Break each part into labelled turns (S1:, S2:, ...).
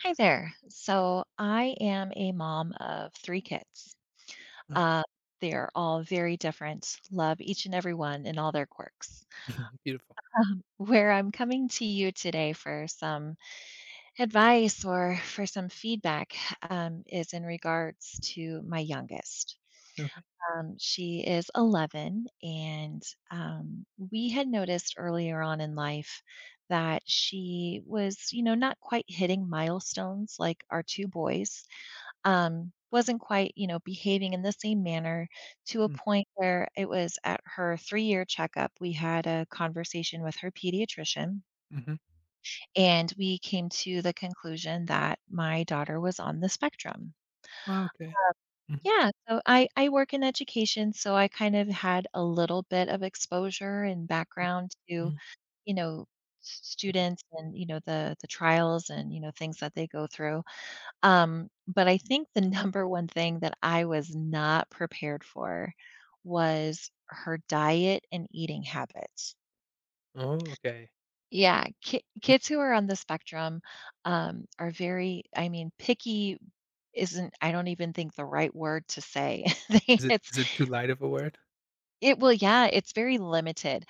S1: Hi there. So I am a mom of three kids.
S2: Okay.
S1: Uh, they're all very different, love each and every one and all their quirks.
S2: Beautiful.
S1: Where I'm coming to you today for some advice or for some feedback is in regards to my youngest.
S2: Okay.
S1: She is 11, and we had noticed earlier on in life that she was, you know, not quite hitting milestones like our two boys, wasn't quite, you know, behaving in the same manner to a
S2: Mm,
S1: point where it was at her 3 year checkup. We had a conversation with her pediatrician,
S2: mhm.
S1: and we came to the conclusion that my daughter was on the spectrum.
S2: Oh, okay. Mhm,
S1: Yeah, so I work in education, so I kind of had a little bit of exposure and
S2: mm,
S1: background to,
S2: mm,
S1: you know,
S2: interest
S1: students and, you know, the trials and, you know, things that they go through. But I think the number one thing that I was not prepared for was her diet and eating habits.
S2: Oh, okay.
S1: Yeah, ki
S2: Mm,
S1: kids who are on the spectrum, are very picky isn't I don't even think the right word to say. They
S2: is it
S1: it's
S2: is it too light of a word?
S1: it well, yeah, it's very limited.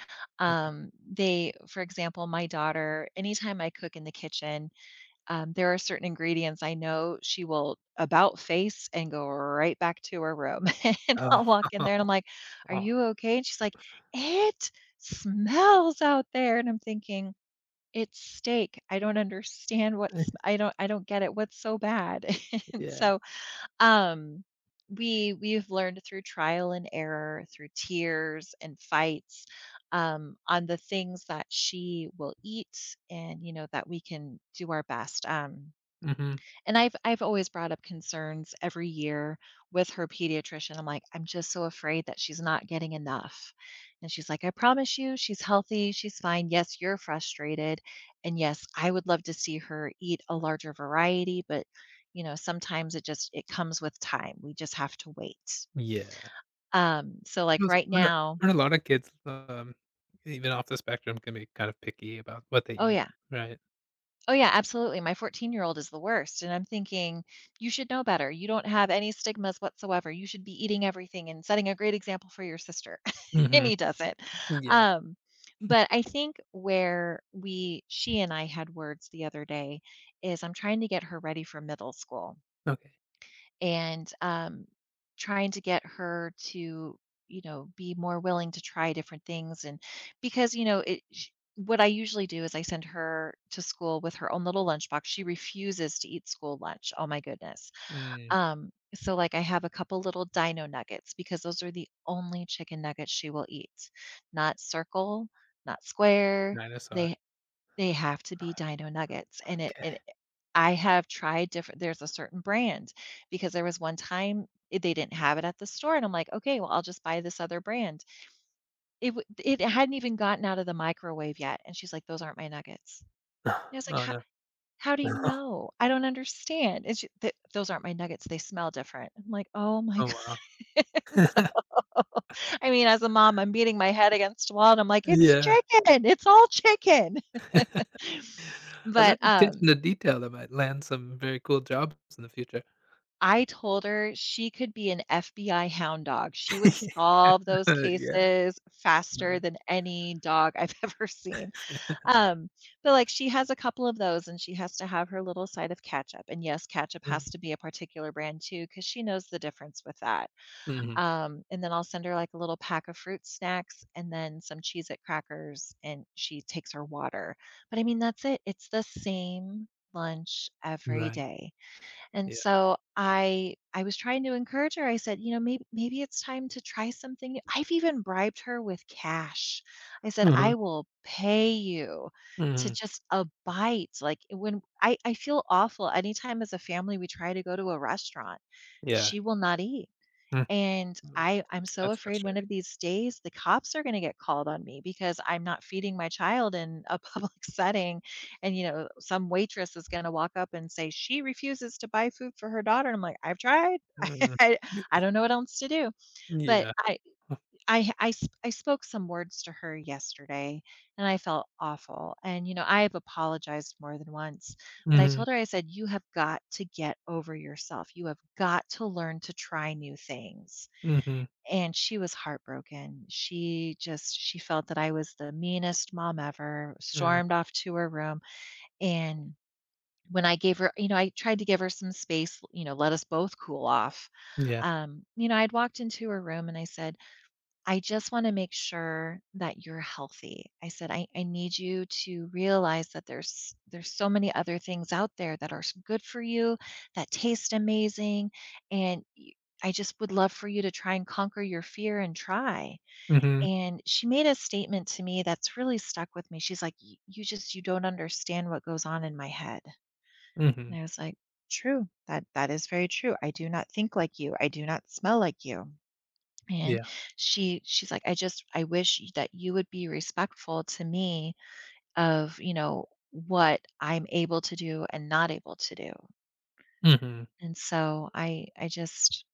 S2: Okay.
S1: They For example, my daughter, anytime I cook in the kitchen, there are certain ingredients I know she will about face and go right back to her room. And I'll
S2: Oh,
S1: walk in there and I'm like, "Are
S2: aw.
S1: you okay?" And she's like, "It smells out there." And I'm thinking, it's steak. I don't understand what's I don't I don't get it. What's so bad? and
S2: Yeah.
S1: so um we we've learned through trial and error, through tears and fights, on the things that she will eat and you know that we can do our best.
S2: Mhm.
S1: And I've always brought up concerns every year with her pediatrician. I'm like, "I'm just so afraid that she's not getting enough." And she's like, "I promise you, she's healthy, she's fine. Yes, you're frustrated. And yes, I would love to see her eat a larger variety, but you know, sometimes it comes with time. We just have to wait."
S2: Yeah.
S1: Um, so like
S2: Suppose
S1: right
S2: aren't a
S1: now,
S2: aren't a lot of kids, even off the spectrum can be kind of picky about what they
S1: oh
S2: eat,
S1: yeah,
S2: right?
S1: oh, yeah, absolutely. My 14-year-old is the worst, and I'm thinking, "You should know better. You don't have any stigmas whatsoever. You should be eating everything and setting a great example for your sister." And
S2: Mhm.
S1: he doesn't.
S2: Yeah.
S1: Um, but I think where we she and I had words the other day is I'm trying to get her ready for middle school
S2: Okay.
S1: and trying to get her to you know be more willing to try different things. And because you know it sh what I usually do is I send her to school with her own little lunchbox. She refuses to eat school lunch, oh my goodness.
S2: Mm,
S1: um so like I have a couple little dino nuggets because those are the only chicken nuggets she will eat. Not circle, not square,
S2: dinosaur.
S1: they they have to be dino nuggets. And it,
S2: Okay.
S1: it I have tried different there's a certain brand because there was one time I they didn't have it at the store, and I'm like, "Okay, well, I'll just buy this other brand." It hadn't even gotten out of the microwave yet, and she's like, "Those aren't my nuggets." And I was like,
S2: Oh, no.
S1: How do you know? I don't understand." It's she "Th Those aren't my nuggets, they smell different." I'm like, "Oh my
S2: Oh, wow.
S1: goodness." I mean, as a mom, I'm beating my head against a wall, and I'm like, "It's
S2: Yeah.
S1: chicken, it's all chicken."
S2: Oh,
S1: But,
S2: that attention
S1: um
S2: to detail that might land some very cool jobs in the future.
S1: I told her she could be an FBI hound dog. She would solve those
S2: Yeah,
S1: cases faster
S2: right.
S1: than any dog I've ever seen. Um, but, like, she has a couple of those, and she has to have her little side of ketchup, and, yes, ketchup has
S2: Mm,
S1: to be a particular brand too, because she knows the difference with that.
S2: mhm,
S1: And then I'll send her, like, a little pack of fruit snacks and then some Cheez-It crackers, and she takes her water. But, I mean, that's it. It's the same lunch every
S2: right,
S1: day. And
S2: yeah.
S1: so I was trying to encourage her. I said, "You know, maybe it's time to try something." I've even bribed her with cash. I said,
S2: Mhm,
S1: "I will pay you to
S2: mhm,
S1: just a bite." Like when I feel awful anytime as a family we try to go to a restaurant,
S2: yeah.
S1: she will not eat.
S2: Mm,
S1: And
S2: mm,
S1: I'm so
S2: that's
S1: afraid one
S2: frustrating.
S1: of these days the cops are gonna get called on me because I'm not feeding my child in a public setting. And, you know, some waitress is gonna walk up and say, "She refuses to buy food for her daughter." And I'm like, "I've tried.
S2: Mm,
S1: I I
S2: y
S1: don't know what else to do." But
S2: yeah.
S1: I sp I spoke some words to her yesterday, and I felt awful. And, you know, I have apologized more than once, but I
S2: Mhm,
S1: told her, I said, "You have got to get over yourself. You have got to learn to try new things."
S2: mhm,
S1: And she was heartbroken. She felt that I was the meanest mom ever,
S2: mm,
S1: stormed off to her room, and when I gave her you know, I tried to give her some space, you know, let us both cool off.
S2: yeah.
S1: You know, I'd walked into her room and I said I just want to make sure that you're healthy. I said, I need you to realize that there's so many other things out there that are good for you, that taste amazing. And I just would love for you to try and conquer your fear and try.
S2: Mhm,
S1: And she made a statement to me that's really stuck with me. She's like, You just you don't understand what goes on in my head." And
S2: mhm,
S1: I was like, true. That is very true. I do not think like you. I do not smell like you. And
S2: yeah.
S1: she's like, I wish that you would be respectful to me of you know what I'm able to do and not able to do."
S2: Mhm,
S1: And so I just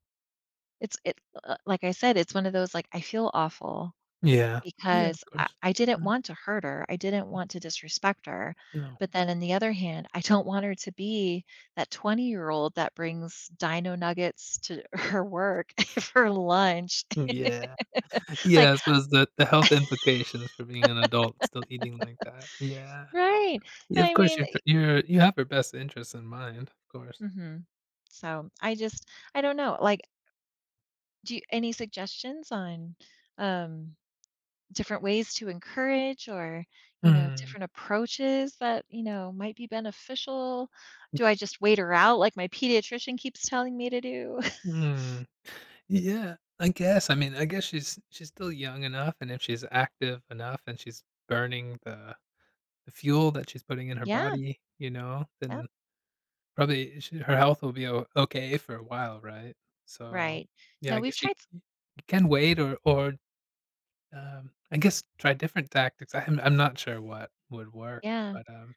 S1: it's it like I said, it's one of those like I feel awful
S2: yeah. Yeah, of
S1: because I,
S2: course.
S1: I didn't
S2: Mm,
S1: want to hurt her, I didn't want to disrespect her,
S2: no.
S1: but then on the other hand I don't want her to be that 20-year-old that brings dino nuggets to her work for lunch.
S2: Yeah. Yeah,
S1: like
S2: I suppose the health implications for being an adult still eating like that, yeah.
S1: right
S2: Yeah,
S1: but
S2: of
S1: I
S2: course,
S1: mean,
S2: you're tr you're you have her best interests in mind, of course.
S1: Mhm. So, I just I don't know, like, do you any suggestions on, um, different ways to encourage, or, you know,
S2: Mm,
S1: different approaches that, you know, might be beneficial? Do I just wait her out like my pediatrician keeps telling me to do?
S2: mm. Yeah, I guess, I guess she's still young enough, and if she's active enough and she's burning the fuel that she's putting in her
S1: Yeah,
S2: body,
S1: yep,
S2: then probably sh her health will be o okay for a while, right? So,
S1: right.
S2: yeah,
S1: No,
S2: I
S1: we've
S2: guess you
S1: tried s
S2: you can wait or, I guess try different tactics. I'm not sure what would work,
S1: Yeah.
S2: but,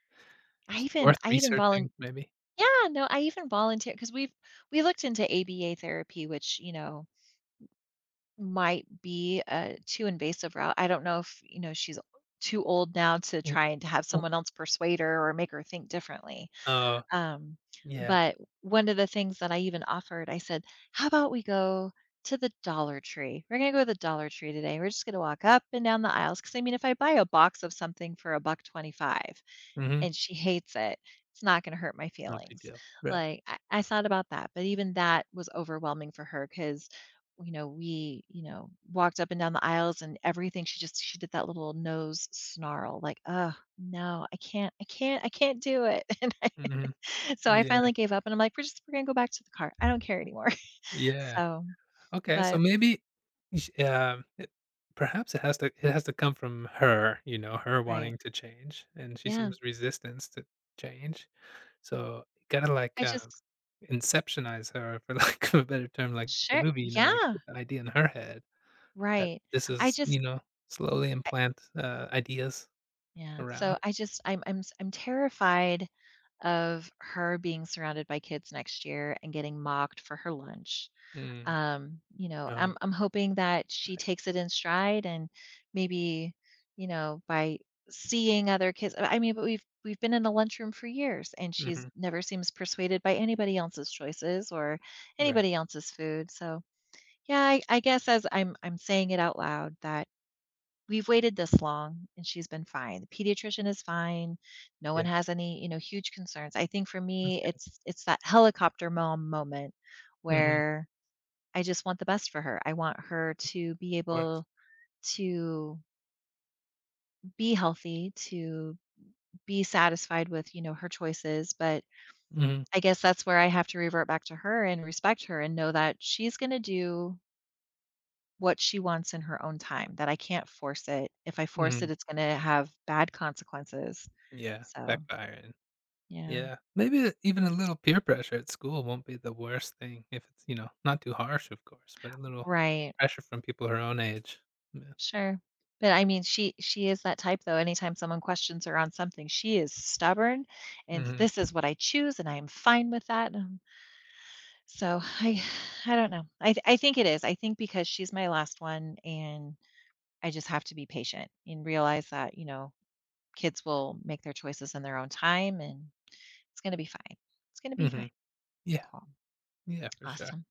S2: it's worth
S1: I even volun
S2: researching maybe.
S1: Yeah, no, I even volunteer because 'cause we've we looked into ABA therapy, which, you know, might be a too invasive route. I don't know if, you know, she's too old now to try and to have someone else persuade her or make her think differently.
S2: Oh.
S1: Um,
S2: Yeah.
S1: but one of the things that I even offered, I said, "How about we go to the Dollar Tree? We're gonna go to the Dollar Tree today. We're just gonna walk up and down the aisles because I mean, if I buy a box of something for $1.25
S2: Mhm.
S1: and she hates it, it's not gonna hurt my
S2: No big
S1: feelings."
S2: deal. Right.
S1: Like, I thought about that, but even that was overwhelming for her because, you know, we, you know, walked up and down the aisles and everything, she did that little nose snarl, like, "oh no, I can't, I can't, I can't do it." And I
S2: Mhm.
S1: so I
S2: Yeah,
S1: finally gave up and I'm like, "We're gonna go back to the car. I don't care anymore."
S2: yeah.
S1: So,
S2: Okay, so
S1: but
S2: maybe sh it perhaps it has to come from her, her
S1: Right.
S2: wanting to change, and she
S1: Yeah.
S2: seems resistance to change. So, you gotta,
S1: I just
S2: inceptionize her, for lack of a better term, like the
S1: Sure.
S2: movie, like,
S1: Yeah.
S2: put the idea in her head that
S1: Right.
S2: this
S1: I
S2: is
S1: just
S2: slowly implant, ideas
S1: Yeah. So
S2: around.
S1: I just I'm s- I'm terrified of her being surrounded by kids next year and getting mocked for her lunch.
S2: Mm.
S1: You know,
S2: Oh.
S1: I'm hoping that she takes it in stride and maybe, you know, by seeing other kids. I mean, but we've been in a lunchroom for years and she's
S2: Mhm.
S1: never seems persuaded by anybody else's choices or
S2: Right.
S1: anybody else's food. So yeah, I guess as I'm saying it out loud that we've waited this long and she's been fine. The pediatrician is fine. No one
S2: Yeah.
S1: has any, you know, huge concerns. I think for
S2: That's
S1: me
S2: good.
S1: it's that helicopter mom moment
S2: Mhm. Of
S1: where I just want the best for her. I want her to be
S2: course.
S1: able to be healthy, to be satisfied with, you know, her choices, but
S2: Mhm.
S1: I guess that's where I have to revert back to her and respect her and know that she's going to do what she wants in her own time, that I can't force it. If I force it,
S2: Mhm.
S1: it's gonna have bad consequences.
S2: Yeah,
S1: So,
S2: backfiring.
S1: yeah.
S2: Yeah, maybe even a little peer pressure at school won't be the worst thing if it's, not too harsh, of course, but a little
S1: Right.
S2: pressure from people her own age. Yeah.
S1: Sure. But I mean, she is that type though. Anytime someone questions her on something, she is stubborn and
S2: Mhm.
S1: this is what I choose and I am fine with that. So I don't know. I think it is. I think because she's my last one and I just have to be patient and realize that, you know, kids will make their choices in their own time and it's going to be fine. It's going to be fine.
S2: Mhm. Yeah.
S1: Cool.
S2: Yeah, for sure.
S1: Awesome.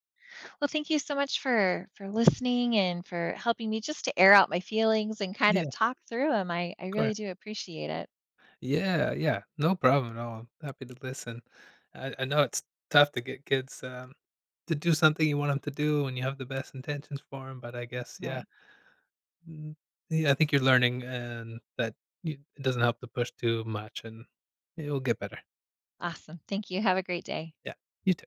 S1: Well, thank you so much for listening and for helping me just to air out my feelings and kind
S2: Yeah,
S1: of
S2: of
S1: talk through them. I
S2: course.
S1: really do appreciate it.
S2: Yeah, yeah, no problem at all. I'm happy to listen. I know it's tough to get kids, to do something you want them to do when you have the best intentions for them, but I guess, yeah,
S1: Right.
S2: mm, yeah, I think you're learning and that you it doesn't help to push too much and it will get better.
S1: Awesome. Thank you. Have a great day.
S2: Yeah. You too.